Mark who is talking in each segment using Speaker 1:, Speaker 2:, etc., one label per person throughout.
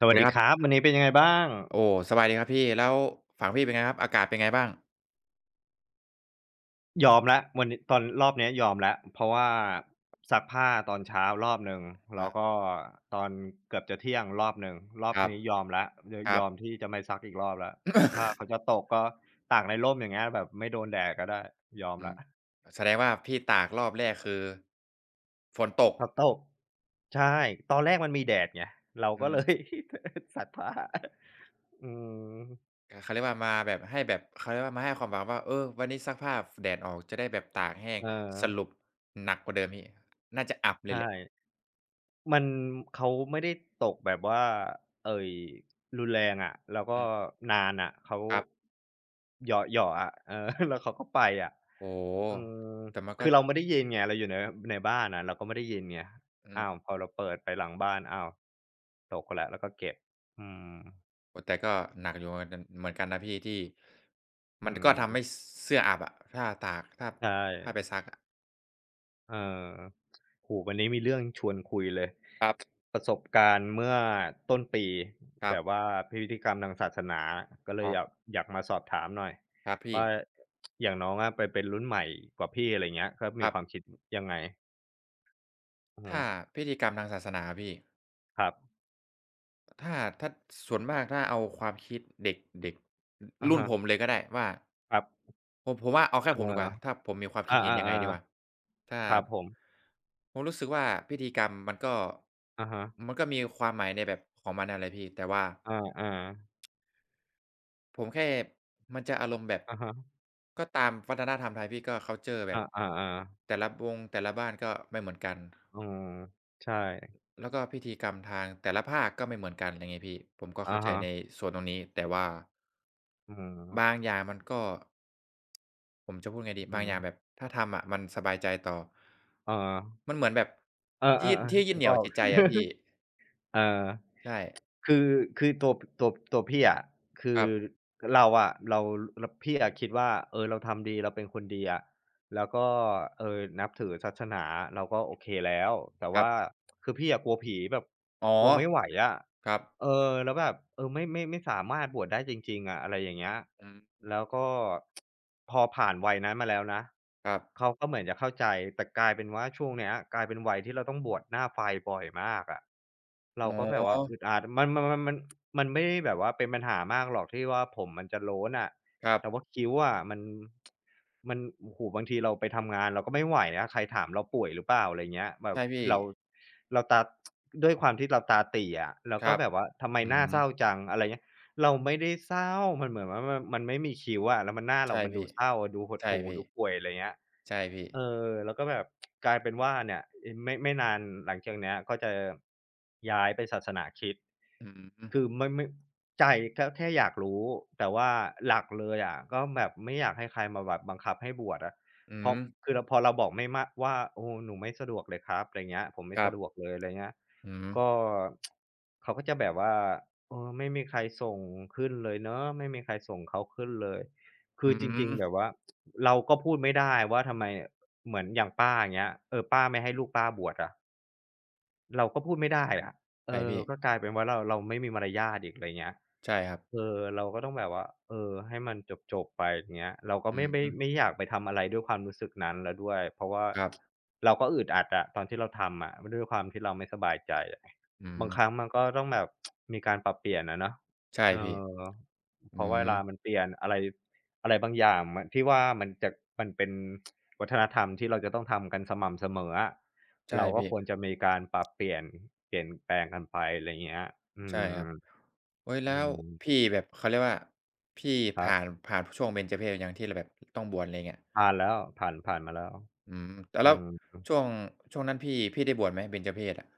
Speaker 1: ส
Speaker 2: สวั
Speaker 1: วั
Speaker 2: ส
Speaker 1: ส
Speaker 2: ดี
Speaker 1: ดี
Speaker 2: ครั
Speaker 1: ค
Speaker 2: บ
Speaker 1: รับวันนี้เป็นยังไงบ้าง
Speaker 2: โอ้สบายดีครับพี่แล้วฝั่งพี่เป็นไงครับอากาศเป็นไงบ้าง
Speaker 1: ยอมแล้ววันนี้ตอนรอบเนี้ยยอมแล้วเพราะว่าซักผ้าตอนเช้ารอบหนึ่งแล้
Speaker 2: อา
Speaker 1: วก็ตอนเกือบจะเที่ยงรอบหนึ่งรอ
Speaker 2: ค
Speaker 1: บ
Speaker 2: รับ
Speaker 1: นี้ยอมแล้วย
Speaker 2: ครั
Speaker 1: ย
Speaker 2: บ
Speaker 1: อมที่จะไม่ซักอีกรอบแล้วถ้าเขา จะตกก็ตากในร่มอย่างเงี้ยแบบไม่โดนแดดก็ได้ยอม
Speaker 2: อื
Speaker 1: แล้
Speaker 2: ม
Speaker 1: ว
Speaker 2: แสดงว่าพี่ตากรอบแรกคือฝนตก
Speaker 1: เขาตกใช่ตอนแรกมันมีแดดไงเรา
Speaker 2: อื
Speaker 1: ก็เลย
Speaker 2: ม
Speaker 1: ซักผ้าอืม
Speaker 2: กเขาเรียกว่ามาแบบให้แบบเขาเรียกว่ามาให้ความหวังว่าเออวันนี้ซักผ้าฟแดดออกจะได้แบบตากแห้ง
Speaker 1: เอ
Speaker 2: ส
Speaker 1: อ
Speaker 2: รุปหนักกว่าเดิมพี่น่าจะอับเล
Speaker 1: ใช
Speaker 2: ยแหละ
Speaker 1: ่ มันเขาไม่ได้ตกแบบว่าเอ่อรุนแรงอะแล้วก็
Speaker 2: อืม
Speaker 1: นานอะเขา
Speaker 2: ครับ
Speaker 1: เหยาะๆอะเออ แล้วเขาก็ไปอะ
Speaker 2: โอ้โฮ
Speaker 1: อืม
Speaker 2: แต่มันก็
Speaker 1: คือเราไม่ได้ยินไงเราอยู่ในในบ้านอะเราก็ไม่ได้ยินไง
Speaker 2: อืม
Speaker 1: อ้าวพอเราเปิดไปหลังบ้านอ้าวตกแล้วแล้วก็เก็บอืม
Speaker 2: โอ้แต่ก็หนักอยู่เหมือนกันเหมือนกันนะพี่ที่
Speaker 1: อื
Speaker 2: มันก็
Speaker 1: ม
Speaker 2: ทำให้เสื้ออับอะถ้าตากถ้า
Speaker 1: ใช่
Speaker 2: ถ้าไปซักอะ
Speaker 1: เออโอ้โฮวันนี้มีเรื่องชวนคุยเลย
Speaker 2: ครับ
Speaker 1: ประสบการณ์เมื่อต้นปี
Speaker 2: ครั
Speaker 1: แบ
Speaker 2: บ
Speaker 1: บว่าพิธีกรรมทางศาสนาก็เล
Speaker 2: ค
Speaker 1: ย
Speaker 2: รั
Speaker 1: อ
Speaker 2: บ
Speaker 1: ยากอยากมาสอบถามหน่อย
Speaker 2: ครับพี่
Speaker 1: ว่าอย่างน้องอะไปเป็นรุ่นใหม่กว่าพี่อะไรเงี้ยก็
Speaker 2: ค
Speaker 1: มี
Speaker 2: รั
Speaker 1: ความ
Speaker 2: บ
Speaker 1: คิดยังไงอือฮึ
Speaker 2: ถ้าพิธีกรรมทางศาสนาพี่
Speaker 1: ครับ
Speaker 2: ถ้าถ้าส่วนมากถ้าเอาความคิดเด็กเด็กร
Speaker 1: อะ
Speaker 2: รุ่น
Speaker 1: ฮะ
Speaker 2: ผมเลยก็ได้ว่า
Speaker 1: ครับ
Speaker 2: ผมว่าเอาแค่
Speaker 1: เออ
Speaker 2: ผมดีกว่าถ้าผมมีความคิ
Speaker 1: อา
Speaker 2: ดเห็นยังไงดีกว่า
Speaker 1: ๆ
Speaker 2: ถ้า
Speaker 1: ๆครับผม
Speaker 2: ผมรู้สึกว่าพิธีกรรมมันก็
Speaker 1: อะฮะ
Speaker 2: มันก็มีความหมายในแบบของมันนั่นแหละพี่แต่ว่า
Speaker 1: อาๆ
Speaker 2: ผมแค่มันจะอารมณ์แบบ
Speaker 1: อะฮะ
Speaker 2: ก็ตามวัฒนธรรมไทยพี่ก็คัลเชอร์แบ
Speaker 1: อ
Speaker 2: บ
Speaker 1: าๆๆ
Speaker 2: แต่ละวงแต่ละบ้านก็ไม่เหมือนกัน
Speaker 1: อืมใช่
Speaker 2: แล้วก็พิธีกรรมทางแต่ละภาคก็ไม่เหมือนกันไรงี้พี่ผมก็
Speaker 1: อะ
Speaker 2: เข้าใจ
Speaker 1: ฮะ
Speaker 2: ในส่วนตรงนี้แต่ว่า
Speaker 1: อืม
Speaker 2: บางอย่างมันก็ผมจะพูดไง
Speaker 1: อื
Speaker 2: ดี
Speaker 1: อ
Speaker 2: บา
Speaker 1: ฮึ
Speaker 2: งอย่างแบบถ้าทำอะมันสบายใจต่อ
Speaker 1: เออ
Speaker 2: มันเหมือนแบบ
Speaker 1: เออ
Speaker 2: ที่
Speaker 1: ๆ
Speaker 2: ที่
Speaker 1: ๆ
Speaker 2: ยึด
Speaker 1: นึ
Speaker 2: เห
Speaker 1: ก
Speaker 2: นี่ย
Speaker 1: อ
Speaker 2: ว
Speaker 1: อก
Speaker 2: จิตใจอะพี่
Speaker 1: เออ
Speaker 2: ใช่
Speaker 1: คือคือตัวพี่อะคื
Speaker 2: ค
Speaker 1: อ
Speaker 2: รับ
Speaker 1: เราพี่อะคิดว่าเออเราทำดีเราเป็นคนดีอะแล้วก็นับถือศาสนาเราก็โอเคแล้วแต่
Speaker 2: ครับ
Speaker 1: ว่าคือพี่อะกลัวผีแบบ
Speaker 2: อ๋อ
Speaker 1: กลัวไม่ไหวอะ
Speaker 2: ครับ
Speaker 1: เออแล้วแบบเออไม่สามารถบวชได้จริงๆอะอะไรอย่างเงี้ย
Speaker 2: อืม
Speaker 1: แล้วก็ พอผ่านวัยนั้นมาแล้วนะ
Speaker 2: ครั
Speaker 1: เขา
Speaker 2: บ
Speaker 1: ก็เหมือนจะเข้าใจแต่กลายเป็นว่าช่วงเนี้ยกลายเป็นวัยที่เราต้องบวชหน้าไฟบ่อยมากอะเรา
Speaker 2: อ๋
Speaker 1: ก็แบบว่าอึ
Speaker 2: อ
Speaker 1: ดอัดมันมันไม่ได้แบบว่าเป็นปัญหามากหรอกที่ว่าผมมันจะโล้นอะ
Speaker 2: ครับ
Speaker 1: แต่ว่าคิ้วอะมันโอ้โฮบางทีเราไปทำงานเราก็ไม่ไหวนะใครถามเราป่วยหรือเปล่าอะไรเงี้ยแบบ
Speaker 2: ใช่พี่
Speaker 1: เราเราตาด้วยความที่เราตาตี่อะเรา
Speaker 2: ค
Speaker 1: ก็
Speaker 2: รับ
Speaker 1: แบบว่าทำไม
Speaker 2: อื
Speaker 1: หน้า
Speaker 2: ม
Speaker 1: เศร้าจังอะไรเงี้ยเราไม่ได้เศร้ามันเหมือนว่ามันไม่มีคิ้วอะแล้วมันหน้าเรา
Speaker 2: ใช่
Speaker 1: มันดู
Speaker 2: พี่
Speaker 1: เศร้าดูหด
Speaker 2: ใช่
Speaker 1: หู่
Speaker 2: พี่
Speaker 1: ดูป่วยอะไรเงี้ย
Speaker 2: ใช่พี่
Speaker 1: เออแล้วก็แบบกลายเป็นว่าเนี่ยอไม่นานหลังจากเนี้ยก็จะย้ายไปศาสนาคริสต์
Speaker 2: อือฮึ
Speaker 1: คือไม่ใจก็แค่อยากรู้แต่ว่าหลักเลยอะก็แบบไม่อยากให้ใครมาแบบบังคับให้บวชอะ
Speaker 2: อื
Speaker 1: เพ
Speaker 2: ม
Speaker 1: ราะคือเราพอเราบอกไม่มะว่าโอ้หนูไม่สะดวกเลยครับอะไรเงี้ยผมไม่
Speaker 2: ครับ
Speaker 1: สะดวกเลยอะไรเงี้ย
Speaker 2: อืม
Speaker 1: ก็เขาก็จะแบบว่าเออไม่มีใครส่งขึ้นเลยเนาะไม่มีใครส่งเขาขึ้นเลยคื
Speaker 2: อื
Speaker 1: อจริง
Speaker 2: ม
Speaker 1: ๆแบบว่า เราก็พูดไม่ได้ว่าทำไมเหมือนอย่างป้าอย่างเงี้ยเออป้าไม่ให้ลูกป้าบวชอะ เราก็พูดไม่ได้อะเอ
Speaker 2: ใช่
Speaker 1: อ
Speaker 2: พี่
Speaker 1: ก็กลายเป็นว่าเราไม่มีมารยาทอีกไรเงี้ย
Speaker 2: ใช่ครับ
Speaker 1: เออเราก็ต้องแบบว่าเออให้มันจบๆไปอย่างเงี้ยเราก็
Speaker 2: อื
Speaker 1: ไม่
Speaker 2: ม
Speaker 1: อยากไปทำอะไรด้วยความรู้สึกนั้นแล้วด้วยเพราะว่า
Speaker 2: ครับ
Speaker 1: เราก็อึดอัดอะตอนที่เราทำอะด้วยความที่เราไม่สบายใจอะ
Speaker 2: อืม
Speaker 1: บางครั้งมันก็ต้องแบบมีการปรับเปลี่ยนอะเนาะ
Speaker 2: ใช่
Speaker 1: เอ
Speaker 2: พี่
Speaker 1: อเพ
Speaker 2: อื
Speaker 1: ราะว่าเวลามัน
Speaker 2: ม
Speaker 1: เปลี่ยนอะไรอะไรบางอย่างมันที่ว่ามันจะมันเป็นวัฒนธรรมที่เราจะต้องทำกันสม่ำเสมออะ
Speaker 2: ใช่
Speaker 1: เราก็
Speaker 2: พี่
Speaker 1: ควรจะมีการปรับเปลี่ยนเปลี่ยนแปลงกันไปอะไรเงี้ยอื
Speaker 2: ใช่ครั
Speaker 1: ม
Speaker 2: บเฮ้ยแล้
Speaker 1: อื
Speaker 2: ว
Speaker 1: ม
Speaker 2: พี่แบบเขาเรียกว่าพี่
Speaker 1: ครั
Speaker 2: ผ่าน
Speaker 1: บ
Speaker 2: ผ่านช่วงเบญจเพสยังที่เราแบบต้องบวชอะไรเงี้ย
Speaker 1: ผ่านแล้วผ่านมาแล้ว
Speaker 2: อืมแต่
Speaker 1: อื
Speaker 2: แล้ว
Speaker 1: ม
Speaker 2: ช่วงช่วงนั้นพี่พี่ได้บวชไหมเบญจเพสอะ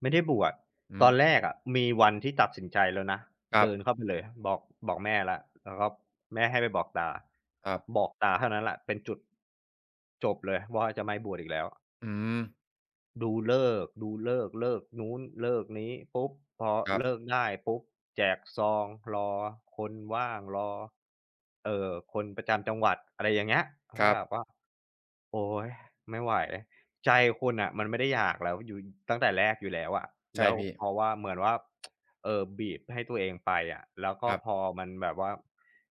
Speaker 1: ไม่ได้บวช
Speaker 2: อื
Speaker 1: ตอนแร
Speaker 2: ม
Speaker 1: กอะมีวันที่ตัดสินใจแล้วนะ
Speaker 2: ครั
Speaker 1: เดิน
Speaker 2: บ
Speaker 1: เข้าไปเลยบอกบอกแม่แล้วแล้วก็แม่ให้ไปบอกตา
Speaker 2: ครับ
Speaker 1: บอกตาเท่านั้นแหละเป็นจุดจบเลยว่าจะไม่บวชอีกแล้ว
Speaker 2: อืม
Speaker 1: ดูฤกษ์ดูฤกษ์ฤกษ์นู้นเลิกนี้ปุ๊บพอ
Speaker 2: ครับ
Speaker 1: เลิกได้ปุ๊บแจกซองรอคนว่างรอคนประจำจังหวัดอะไรอย่างเงี้ยเขา
Speaker 2: ค
Speaker 1: ก็
Speaker 2: รับ
Speaker 1: แบบว่าโอ๊ยไม่ไหวใจคุณน่ะมันไม่ได้อยากแล้วอยู่ตั้งแต่แรกอยู่แล้วอะ
Speaker 2: ใช่
Speaker 1: แล้ว
Speaker 2: พี่
Speaker 1: เพราะว่าเหมือนว่าบีบให้ตัวเองไปอะแล้วก็
Speaker 2: ครั
Speaker 1: พอ
Speaker 2: บ
Speaker 1: มันแบบว่า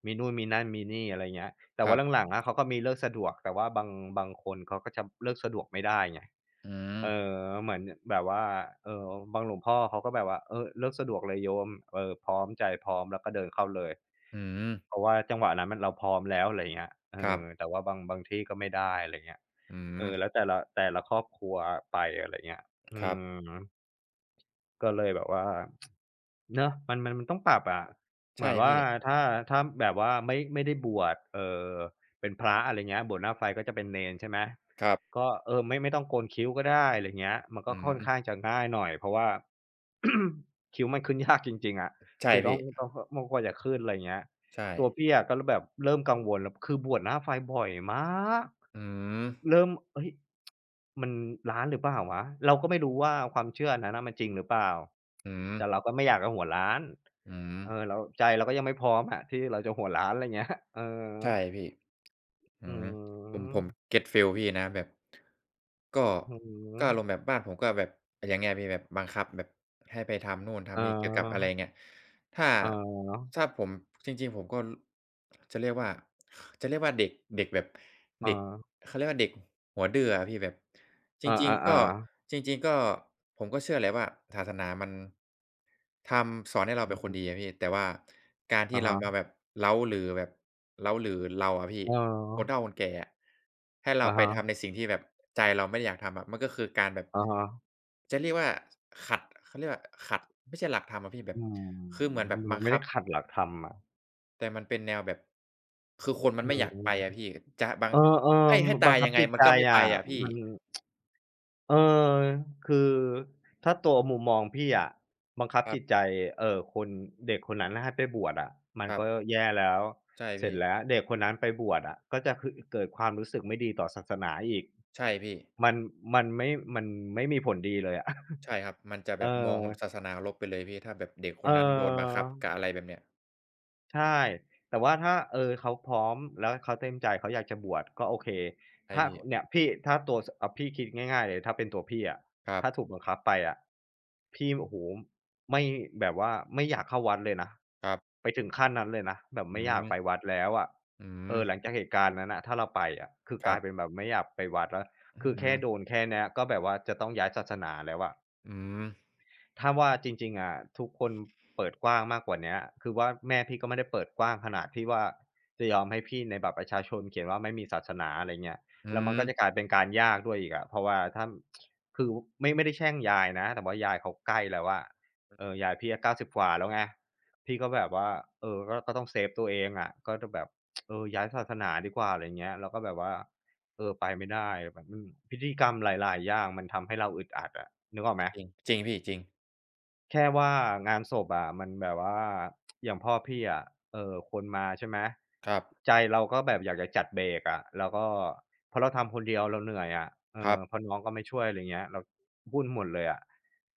Speaker 1: มีนู่นมีนั่นมีนี่อะไรเงี้ยแต่
Speaker 2: ครั
Speaker 1: ว่า
Speaker 2: บ
Speaker 1: หลังๆอะเขาก็มีเลิกสะดวกแต่ว่าบางคนเขาก็จะเลิกสะดวกไม่ได้ไง
Speaker 2: อืม
Speaker 1: เออเหมือนแบบว่าเออบางหลวงพ่อเขาก็แบบว่าเออเลิกสะดวกเลยโยมเออพร้อมใจพร้อมแล้วก็เดินเข้าเลย
Speaker 2: อืม
Speaker 1: เพราะว่าจังหวะนั้นมันเราพร้อมแล้วอะไรอย่างเงี้ยเอ
Speaker 2: ครับ
Speaker 1: อแต่ว่าบางที่ก็ไม่ได้อะไรอย่างเงี้ย
Speaker 2: อื
Speaker 1: เอ
Speaker 2: ม
Speaker 1: อแล้วแต่ละครอบครัวไปอะไรอย่างเงี้ย
Speaker 2: ค
Speaker 1: อื
Speaker 2: รับ
Speaker 1: ม ก็เลยแบบว่าเนาะมันต้องปรับอะเหมื
Speaker 2: ใช่
Speaker 1: อนว่า
Speaker 2: พี่
Speaker 1: ถ้าถ้าแบบว่าไม่ได้บวชอเป็นพระอะไรเงี้ยบวชหน้าไฟก็จะเป็นเณรใช่ไหม
Speaker 2: ครับ
Speaker 1: ก็เออไม่ต้องโกนคิ้วก็ได้อะไรเงี้ยมันก็
Speaker 2: อื
Speaker 1: ค่อนข้าง
Speaker 2: ม
Speaker 1: จะง่ายหน่อยเพราะว่า คิ้วมันขึ้นยากจริงๆอะ
Speaker 2: ใช่
Speaker 1: คือต้อ
Speaker 2: พี่
Speaker 1: งต้องมันกว่าจะขึ้นอะไรเงี้ย
Speaker 2: ใช่
Speaker 1: ตัวพี่อะก็แบบเริ่มกังวลแล้วคือบวชหน้าไฟบ่อยมาก
Speaker 2: อืม
Speaker 1: เริ่มเฮ้ยมันร้านหรือเปล่าวะเราก็ไม่รู้ว่าความเชื่ออันนั้นน่ะมันจริงหรือเปล่า
Speaker 2: อืม
Speaker 1: แต่เราก็ไม่อยากจะหัวร้าน
Speaker 2: อืม
Speaker 1: เออเราใจเราก็ยังไม่พร้อมอะที่เราจะหัวร้านอะไรเงี้ยเออ
Speaker 2: ใช่พี่อื
Speaker 1: อื
Speaker 2: มผ
Speaker 1: อ
Speaker 2: ม
Speaker 1: ฮึ
Speaker 2: ผมเก็ตฟีลพี่นะแบบก็
Speaker 1: อือฮึ
Speaker 2: ก็อารมณ์แบบบ้านผมก็แบบอย่างเงี้ยพี่แบบบังคับแบบให้ไปทำนู่นทำนี่เกี่ยวกับอะไร
Speaker 1: ออ
Speaker 2: เงี้ยถ้า
Speaker 1: อ
Speaker 2: ถ้า
Speaker 1: อ
Speaker 2: ผมจริงๆผมก็จะเรียกว่าจะเรียกว่าเด็กเด็กแบบ
Speaker 1: เออ
Speaker 2: เด็กเขาเรียกว่าเด็กหัวดื้ออะพี่แบบ จ
Speaker 1: เอ
Speaker 2: ริ
Speaker 1: อ
Speaker 2: งๆก็
Speaker 1: าๆๆ
Speaker 2: จริงๆก็ผมก็เชื่อแหละว่าศาสนามันสอนให้เรา
Speaker 1: อื
Speaker 2: เป็
Speaker 1: อ
Speaker 2: นคนดี
Speaker 1: ฮึ
Speaker 2: อะพี่แต่ว่าการที่
Speaker 1: อะ
Speaker 2: เรา
Speaker 1: ฮะ
Speaker 2: มาแบบเร้าหรือแบบเร้าหรือเราอะพี่
Speaker 1: เอ
Speaker 2: คน
Speaker 1: อ
Speaker 2: เฒ่าคนแก่อะให้เรา
Speaker 1: อะ
Speaker 2: ไปทำ
Speaker 1: ฮะ
Speaker 2: ในสิ่งที่แบบใจเราไม่ได้อยากทำอะมันก็คือการแบบ
Speaker 1: ๆ
Speaker 2: จะเรียกว่าขัดเขาเรียกว่าขัดไม่ใช่หลักธรรมอะพี่แบบ
Speaker 1: อืม
Speaker 2: คือเหมือนแบ
Speaker 1: ม
Speaker 2: บบั
Speaker 1: ั
Speaker 2: ง
Speaker 1: นไม่
Speaker 2: คั
Speaker 1: ได้
Speaker 2: บ
Speaker 1: ขัดหลักธรรมอะ
Speaker 2: แต่มันเป็นแนวแบบคือคนมัน
Speaker 1: อื
Speaker 2: ไม่อยากไปอะ
Speaker 1: ม
Speaker 2: พี่จะบัง
Speaker 1: เออ
Speaker 2: ให้ให้
Speaker 1: ๆบั
Speaker 2: ตาย
Speaker 1: งคั
Speaker 2: ยั
Speaker 1: บ
Speaker 2: งไง
Speaker 1: จิต
Speaker 2: มัน
Speaker 1: ใจ
Speaker 2: ก็ไม่ไป
Speaker 1: อะ
Speaker 2: อะพี่
Speaker 1: มันเออคือถ้าตัวมุมมองพี่อะบังคับ
Speaker 2: ครั
Speaker 1: จิตใจ
Speaker 2: บ
Speaker 1: เอ่อคนเด็กคนนั้นให้ไปบวชอะมั
Speaker 2: ค
Speaker 1: น
Speaker 2: รับ
Speaker 1: ก็แย่แล้ว
Speaker 2: ใช่
Speaker 1: เสร็จ
Speaker 2: พี่
Speaker 1: แล้วเด็กคนนั้นไปบวชอะก็จะคือเกิดความรู้สึกไม่ดีต่อศาสนาอีก
Speaker 2: ใช่พี่
Speaker 1: มันมันไม่มันไม่มีผลดีเลยอะ
Speaker 2: ใช่ครับมันจะแบ
Speaker 1: เอ
Speaker 2: บม
Speaker 1: อ
Speaker 2: องศาสนาลบไปเลยพี่ถ้าแบบเด็กค
Speaker 1: เอ
Speaker 2: นนั้นโดนบังคับกับ
Speaker 1: อ
Speaker 2: อะไรแบบเนี้ย
Speaker 1: ใช่แต่ว่าถ้าเออเขาพร้อมแล้วเขาเต็มใจเขาอยากจะบวชก็โอเค
Speaker 2: ใช่
Speaker 1: ถ้า
Speaker 2: พี่
Speaker 1: เนี่ยพี่ถ้าตัวสอ่าพี่คิดง่ายๆเลยถ้าเป็นตัวพี่อะ
Speaker 2: ครับ
Speaker 1: ถ้าถูกบังคับไปอะพี่โอ้โฮไม่แบบว่าไม่อยากเข้าวัดเลยนะ
Speaker 2: ครับ
Speaker 1: ไปถึงขั้นนั้นเลยนะแบบ
Speaker 2: อื
Speaker 1: ไม่อยาก
Speaker 2: ม
Speaker 1: ไปวัดแล้วอะ
Speaker 2: อื
Speaker 1: เอ
Speaker 2: ม
Speaker 1: อหลังจากเหตุการณ์นั้นน่ะถ้าเราไปอะคือ
Speaker 2: ค
Speaker 1: ก
Speaker 2: รั
Speaker 1: ลายเป็น
Speaker 2: บ
Speaker 1: แบบไม่อยากไปวัดแล้ว
Speaker 2: อื
Speaker 1: คือแค่
Speaker 2: ม
Speaker 1: โดนแค่เนี้ยก็แบบว่าจะต้องย้ายศาสนาแล้วอะ
Speaker 2: อืม
Speaker 1: ถ้าว่าจริงๆอะทุกคนเปิดกว้างมากกว่าเนี้ยคือว่าแม่พี่ก็ไม่ได้เปิดกว้างขนาดที่ว่าจะยอมให้พี่ในบัตรประชาชนเขียนว่าไม่มีศาสนาอะไรเงี้ย
Speaker 2: อื
Speaker 1: แล้วมัน
Speaker 2: ม
Speaker 1: ก็จะกลายเป็นการยากด้วยอีกอะเพราะว่าถ้าคือไม่ได้แช่งยายนะแต่ว่ายายเขาใกล้แล้วอะเออยายพี่อะเก้าสิ0กว่าแล้วไงพี่ก็แบบว่าเออก็ก็ต้องเซฟตัวเองอะก็จะแบบเออย้ายศาสนาดีกว่าอะไรเงี้ยแล้วก็แบบว่าเออไปไม่ได้แบบอืมพิธีกรรมหลายๆอย่างมันทำให้เราอึดอัดอะนึกออกไหม
Speaker 2: จริงจริงพี่จริง
Speaker 1: แค่ว่างานศพอะมันแบบว่า อย่างพ่อพี่อะเออคนมาใช่ไหม
Speaker 2: ครับ
Speaker 1: ใจเราก็แบบอยากจะจัดเบรกอะแล้วก็พอเราทำคนเดียวเราเหนื่อยอะเอ
Speaker 2: ครั
Speaker 1: อพ
Speaker 2: บ
Speaker 1: อน้องก็ไม่ช่วยอะไรเงี้ยเราวุ่นหมดเลยอะ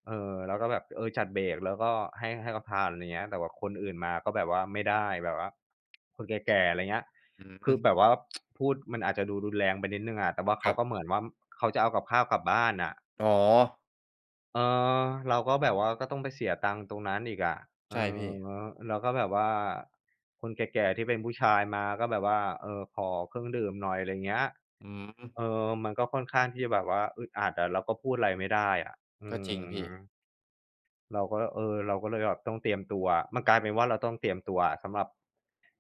Speaker 1: เออเราก็แบบเออจัดเบรกแล้วก็ให้เขาทานอะไรเงี้ยแต่ว่าคนอื่นมาก็แบบว่าไม่ได้แบบว่าคนแก่ๆอะไรเงี้ย
Speaker 2: อื
Speaker 1: คื
Speaker 2: ม
Speaker 1: อแบบว่า พูดมันอาจจะดูรุนแรงไปนิดนึงอะแต่ว่า
Speaker 2: ค
Speaker 1: เขา
Speaker 2: รั
Speaker 1: ก็เห
Speaker 2: บ
Speaker 1: มือนว่าเขาจะเอากับข้าวกลับบ้านอ่ะ
Speaker 2: อ๋อ
Speaker 1: เออเราก็แบบว่าก็ต้องไปเสียตังค์ตรงนั้นอีกอะเออ
Speaker 2: ใช่พี่
Speaker 1: แล้วก็แบบว่าคนแก่ๆที่เป็นผู้ชายมาก็แบบว่าเออขอเครื่องดื่มหน่อยอะไรเงี้ย
Speaker 2: อื
Speaker 1: เออ
Speaker 2: ม
Speaker 1: มันก็ค่อนข้างที่จะแบบว่าอึดอัดอะเราก็พูดอะไรไม่ได้อะอื
Speaker 2: ก็จริงพี่
Speaker 1: มเราก็เออเราก็เลยแบบต้องเตรียมตัวมันกลายเป็นว่าเราต้องเตรียมตัวอะสำหรับ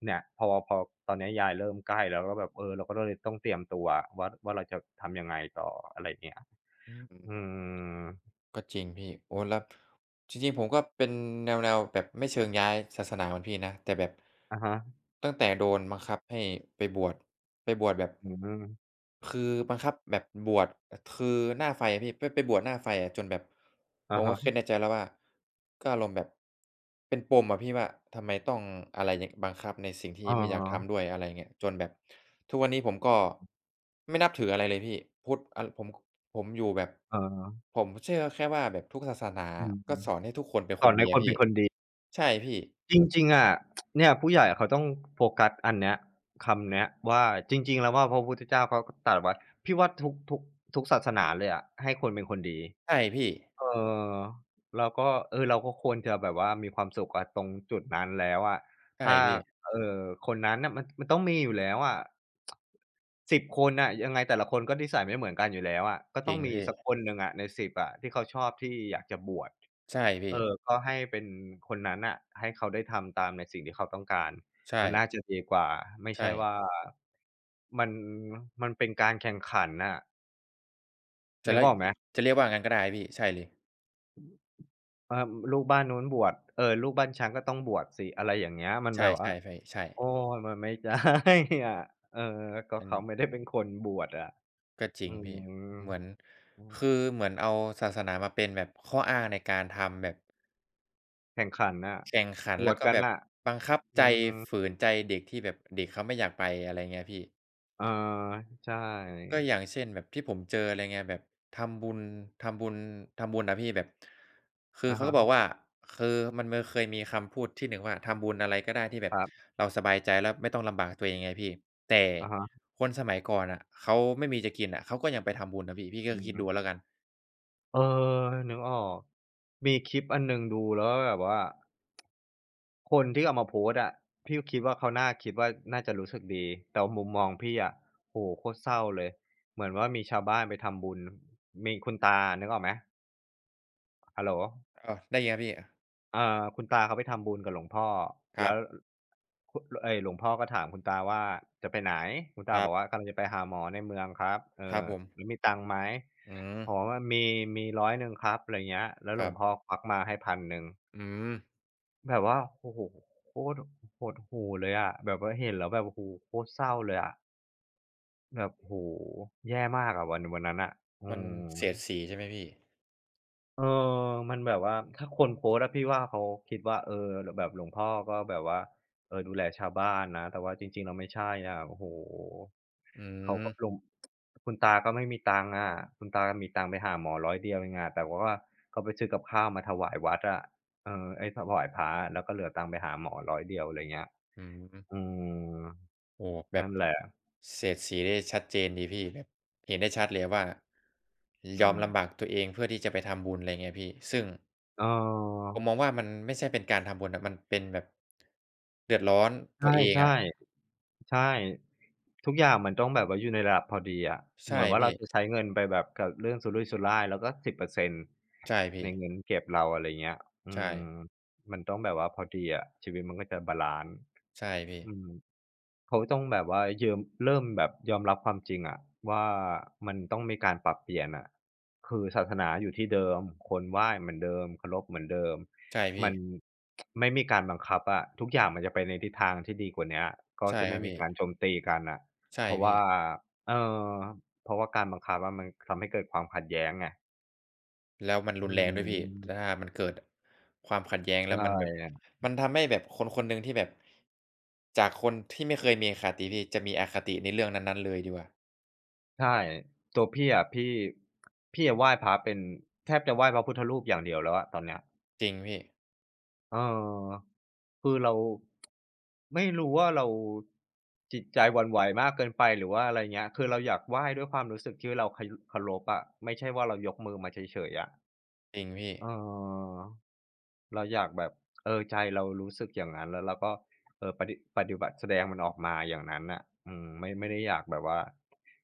Speaker 1: เนี่ยพอพอตอนเนี้ยยายเริ่มใกล้แล้วก็แบบเออเราก็เลยต้องเตรียมตัวว่าว่าเราจะทำยังไงต่ออะไรเงี้ย
Speaker 2: อื
Speaker 1: อื
Speaker 2: ม
Speaker 1: ม
Speaker 2: ก็จริงพี่โอ้แล้วจริงๆผมก็เป็นแนวๆแบบไม่เชิงย้ายศาสนาเหมือนพี่นะแต่แบบ
Speaker 1: อะฮะ
Speaker 2: ตั้งแต่โดนบังคับให้ไปบวชไปบวชแบบ
Speaker 1: อืม
Speaker 2: คือบังคับแบบบวชคือหน้าไฟอะพี่ไปบวชหน้าไฟอะจนแบบผ
Speaker 1: อะ
Speaker 2: มก็
Speaker 1: ฮะ
Speaker 2: คิดในใจแล้วว่าก็อารมณ์แบบเป็นปมอะพี่ว่าทำไมต้องอะไรอย่างบังคับในสิ่งที่
Speaker 1: เอ
Speaker 2: ไม่อยากทำด้ว
Speaker 1: อ
Speaker 2: ยอะไรอย่างเงี้ยจนแบบทุกวันนี้ผมก็ไม่นับถืออะไรเลยพี่พุทธอะผม ผมอยู่แบบ
Speaker 1: เออ
Speaker 2: ผมเชื่อแค่ว่าแบบทุกศาสนา
Speaker 1: อืม
Speaker 2: ก็สอนให้ทุกคนเป็น
Speaker 1: ส
Speaker 2: ค
Speaker 1: อ
Speaker 2: น
Speaker 1: น
Speaker 2: ดี
Speaker 1: ให้ค
Speaker 2: อะ
Speaker 1: น
Speaker 2: พี่
Speaker 1: เป็นคนดี
Speaker 2: ใช่พี่
Speaker 1: จริงๆอะเนี่ยผู้ใหญ่เขาต้องโฟกัสอันเนี้ยคำเนี้ยว่าจริงๆแล้วว่าพระพุทธเจ้าเขาก็ตรัสไว้พี่ว่าทุกทุกทุกศาสนาเลยอะให้คนเป็นคนดี
Speaker 2: ใช่พี่
Speaker 1: เออเราก็เออเราก็ควรจะแบบว่ามีความสุขอะตรงจุดนั้นแล้วอะ
Speaker 2: ใช่
Speaker 1: ถ้า
Speaker 2: พี่
Speaker 1: เอ่อคนนั้นน่ะมันต้องมีอยู่แล้วอะสิบคนน่ะยังไงแต่ละคนก็นิสัยไม่เหมือนกันอยู่แล้วอะก็
Speaker 2: จ
Speaker 1: ต้
Speaker 2: ริ
Speaker 1: อง
Speaker 2: ง
Speaker 1: มี
Speaker 2: พี่
Speaker 1: สักคนหนึ่งอะในสิบอะที่เขาชอบที่อยากจะบวช
Speaker 2: ใช่
Speaker 1: เอ
Speaker 2: พี่
Speaker 1: อก็ให้เป็นคนนั้นน่ะให้เขาได้ทำตามในสิ่งที่เขาต้องการ
Speaker 2: ใช่
Speaker 1: มันน่าจะดีกว่าไม่
Speaker 2: ใช่
Speaker 1: ใช่ว่ามันมันเป็นการแข่งขันน่ะ
Speaker 2: จะ
Speaker 1: นึ
Speaker 2: เรี
Speaker 1: ก
Speaker 2: ยก
Speaker 1: ออกไห
Speaker 2: จ
Speaker 1: ม
Speaker 2: จะเรียกว่างั้นก็ได้พี่ใช่เลย
Speaker 1: เออลูกบ้านนู้นบวชเออลูกบ้านฉันก็ต้องบวชสิ อะไรอย่างเงี้ยมันแบ
Speaker 2: ใช่
Speaker 1: บว่า
Speaker 2: ใช่พี่ใช่
Speaker 1: โอ๊ยมันไม่ได้ อะเออก็
Speaker 2: อัน
Speaker 1: เขาไม่ได้เป็นคนบวชอะ
Speaker 2: ก็จริ
Speaker 1: อื
Speaker 2: งพี่
Speaker 1: ม
Speaker 2: เหมือน
Speaker 1: อืม
Speaker 2: คือเหมือนเอาศาสนามาเป็นแบบข้ออ้างในการทำแบบ
Speaker 1: แข่งขันน่ะ
Speaker 2: แข่งขัน
Speaker 1: บ
Speaker 2: แล้
Speaker 1: ว
Speaker 2: ว
Speaker 1: ช
Speaker 2: ก็
Speaker 1: กัน
Speaker 2: แบบ
Speaker 1: น่ะ
Speaker 2: บังคับใจ
Speaker 1: อืม
Speaker 2: ฝืนใจเด็กที่แบบเด็กเขาไม่อยากไปอะไรเงี้ยพี่
Speaker 1: เออใช
Speaker 2: ก็
Speaker 1: ่
Speaker 2: อย่างเช่นแบบที่ผมเจออะไรเงี้ยแบบทำบุญทำบุญทำบุญอะพี่แบบคือ
Speaker 1: อะ
Speaker 2: เขาก็บอก
Speaker 1: ฮะ
Speaker 2: ว่าคือมันเคยมีคำพูดที่หนึ่งว่าทำบุญอะไรก็ได้ที่แบ
Speaker 1: ค
Speaker 2: บ
Speaker 1: รับ
Speaker 2: เราสบายใจแล้วไม่ต้องลำบากตัวเองไงพี่แต่
Speaker 1: อะฮะ
Speaker 2: คนสมัยก่อนน่ะเขาไม่มีจะกินน่ะเขาก็ยังไปทำบุญนะพี่พี่ก็
Speaker 1: อื
Speaker 2: คิด
Speaker 1: ม
Speaker 2: ดูแล้วกัน
Speaker 1: เออนึกออก มีคลิปอันหนึ่งดูแล้วแบบว่า คนที่เอามาโพสต์อะพี่ก็คิดว่าเขาน่าคิดว่าน่าจะรู้สึกดีแต่ว่ามุมมองพี่อะโอ้โฮโคตรเศร้าเลยเหมือนว่ามีชาวบ้านไปทำบุญมีคุณตานึกออกไหมฮัลโหล
Speaker 2: อ้าวได้ยินไหมพี่
Speaker 1: คุณตาเขาไปทำบุญกับหลวงพ่อ
Speaker 2: ครั
Speaker 1: แล้
Speaker 2: บ
Speaker 1: วคุเอ๊ยหลวงพ่อก็ถามคุณตาว่าจะไปไหนคุณ
Speaker 2: ค
Speaker 1: ตา
Speaker 2: รั
Speaker 1: บ
Speaker 2: บ
Speaker 1: อกว่ากำลังจะไปหาหมอในเมืองครับ
Speaker 2: ครับผม
Speaker 1: แล้วมีตังค์ไหม
Speaker 2: อืม
Speaker 1: อ๋อมีมีร้อยหนึ่งครับอะไรเงี้ยแล้ว
Speaker 2: ค
Speaker 1: หล
Speaker 2: รั
Speaker 1: วงพ่อ
Speaker 2: บ
Speaker 1: ควักมาให้พันหนึ่ง
Speaker 2: อืม
Speaker 1: แบบว่าโอ้โฮโคตรหดหู่เลยอะแบบว่าเห็นแล้วแบบโอ้โฮโคตรเศร้าเลยอะแบบโอ้โฮแย่มากอะวันนั้นน่ะอื
Speaker 2: มัน
Speaker 1: ม
Speaker 2: เสียดสีใช่ไหมพี่
Speaker 1: เอมันแบบว่าถ้าคนโพสต์อะพี่ว่าเขาคิดว่าแบบหลวงพ่อก็แบบว่าดูแลชาวบ้านนะแต่ว่าจริงๆแล้วไม่ใช่อะโอ้โฮ
Speaker 2: อื
Speaker 1: เขา
Speaker 2: ม
Speaker 1: ก็หลวงคุณตาก็ไม่มีตังค์อะคุณตามีตังค์ไปหาหมอร้อยเดียวเองอะแต่ว่าเขาไปซื้อกับข้าวมาถวายวัดอะเออเอ๊ยถวายพระแล้วก็เหลือตังค์ไปหาหมอร้อยเดียวอะไรเงี้ย
Speaker 2: อืม
Speaker 1: อืม
Speaker 2: โอ้แบบ
Speaker 1: นั่นแหละ
Speaker 2: เฉดสีได้ชัดเจนดีพี่แบบเห็นได้ชัดเลยว่า
Speaker 1: อื
Speaker 2: ยอม
Speaker 1: ม
Speaker 2: ลำบากตัวเองเพื่อที่จะไปทำบุญอะไรเงี้ยพี่ซึ่ง
Speaker 1: เออ
Speaker 2: ผมมองว่ามันไม่ใช่เป็นการทำบุญอะมันเป็นแบบเดือดร้อนตัว
Speaker 1: ใช่
Speaker 2: เอง
Speaker 1: ใช่
Speaker 2: อะ
Speaker 1: ใช่ทุกอย่างมันต้องแบบว่าอยู่ในระดับพอดีอะ
Speaker 2: ใช่
Speaker 1: เหมือนว่า
Speaker 2: พี่
Speaker 1: เราจะใช้เงินไปแบบกับเรื่องสุรุ่ยสุร่ายแล้วก็10%
Speaker 2: ใช่พี่
Speaker 1: ในเงินเก็บเราอะไรเงี้ยอื
Speaker 2: ใช่
Speaker 1: มมันต้องแบบว่าพอดีอะชีวิตมันก็จะบาลันซ์
Speaker 2: ใช่พี่
Speaker 1: อืม เขาต้องแบบว่าเริ่มแบบยอมรับความจริงอะว่ามันต้องมีการปรับเปลี่ยนอะคือศาสนาอยู่ที่เดิมคนไหว้เหมือนเดิมเคารพเหมือนเดิม
Speaker 2: ใช่พี่
Speaker 1: มันไม่มีการบังคับอะทุกอย่างมันจะไปในทิศทางที่ดีกว่าเนี้ยก็
Speaker 2: ใช่
Speaker 1: จะ
Speaker 2: ครั
Speaker 1: ไม่
Speaker 2: บ
Speaker 1: มี
Speaker 2: พี่
Speaker 1: การโจมตีกันน่ะ
Speaker 2: ใช่
Speaker 1: เพราะ
Speaker 2: พี่
Speaker 1: ว่าเออเพราะว่าการบังคับอะมันทำให้เกิดความขัดแย้งไง
Speaker 2: แล้วมันรุ
Speaker 1: อื
Speaker 2: นแรงด้วยพี่
Speaker 1: ม
Speaker 2: ถ้ามันเกิดความขัดแย้งแล้ว
Speaker 1: ใช่
Speaker 2: มันแบบ
Speaker 1: ั
Speaker 2: มันทำให้แบบคนคนหนึ่งที่แบบจากคนที่ไม่เคยมีอคติพี่จะมีอคติในเรื่องนั้นๆเลยดีกว่า
Speaker 1: ใช่ตัวพี่อะพี่อะไหว้พระเป็นแทบจะไหว้พระพุทธรูปอย่างเดียวแล้วอะตอนเนี้ย
Speaker 2: จริงพี่
Speaker 1: เออคือเรา ไม่รู้ว่าเราจิตใจหวั่นไหวมากเกินไปหรือว่าอะไรเงี้ยคือเราอยากไหว้ด้วยความรู้สึกที่เราเคารพอะไม่ใช่ว่าเรายกมือมาเฉยๆอะ
Speaker 2: จริงพี่
Speaker 1: เออ เราอยากแบบใจเรารู้สึกอย่างนั้นแล้วเราก็ปฏิบัติแสดงมันออกมาอย่างนั้นน่ะอืมไม่ได้อยากแบบว่า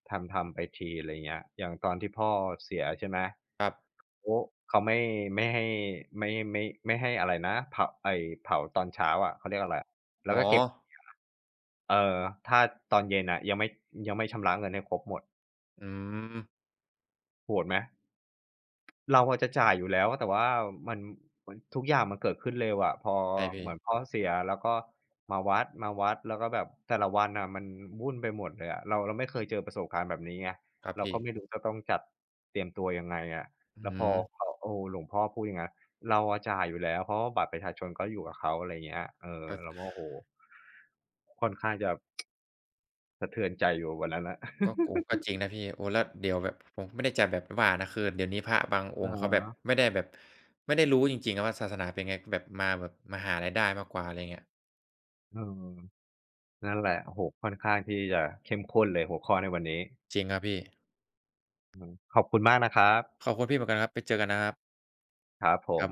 Speaker 1: ทำไปทีอะไรเงี้ยอย่างตอนที่พ่อเสียใช่ไหม
Speaker 2: ครับ
Speaker 1: โอ้เขาไม่ไม่ให้ไม่ให้อะไรนะเผาไอ้เผาตอนเช้าอะเขาเรียกอะไรอะแล้
Speaker 2: อ๋
Speaker 1: ว
Speaker 2: อ
Speaker 1: ก็เก็บเอ่อถ้าตอนเย็นน่ะยังไม่ชำระเงินให้ครบหมด
Speaker 2: อืม
Speaker 1: โหดไหม เราอะจะจ่ายอยู่แล้วแต่ว่ามันมันทุกอย่างมันเกิดขึ้นเร็วอะพอ
Speaker 2: ใช่พี่
Speaker 1: เหมือนพ่อเสียแล้วก็มาวัดแล้วก็แบบแต่ละวันน่ะมันวุ่นไปหมดเลยอะเราไม่เคยเจอประสบการณ์แบบนี้ไง
Speaker 2: ครับ
Speaker 1: เรา
Speaker 2: พี่
Speaker 1: ก็ไม่รู้จะต้องจัดเตรียมตัวยังไงอะ
Speaker 2: อื
Speaker 1: แล้วพอ
Speaker 2: ม
Speaker 1: เขาโอ้หลวงพ่อพูดอย่างงั้นเราอะจ่ายอยู่แล้วเพราะว่าบัตรประชาชนก็อยู่กับเขาอะไรอย่างเงี้ยเรา
Speaker 2: ก็
Speaker 1: ก็โอ้โฮค่อนข้างจะสะเทือนใจอยู่วันนั้นน่ะ
Speaker 2: ก็โอ้โฮก็จริงนะพี่โอ้แล้วเดี๋ยวแบบผมไม่ได้จะแบบว่านะคือเดี๋ยวนี้พระบางอง
Speaker 1: อะ
Speaker 2: ค์
Speaker 1: ฮ
Speaker 2: เขาแบบ
Speaker 1: ะ
Speaker 2: ไม่ได้แบบไม่ได้รู้จริงๆอะว่าศาสนาเป็นไงแบบมาแบบมาหารายได้มากกว่าอะไรอย่างเงี้ย
Speaker 1: เออ นั่นแหละโอ้โฮค่อนข้างที่จะเข้มข้นเลยหัวข้อในวันนี้
Speaker 2: จริงครับพี่
Speaker 1: อืมขอบคุณมากนะครับ
Speaker 2: ขอบคุณพี่เหมือนกันครับไปเจอกันนะครับ
Speaker 1: ครับผม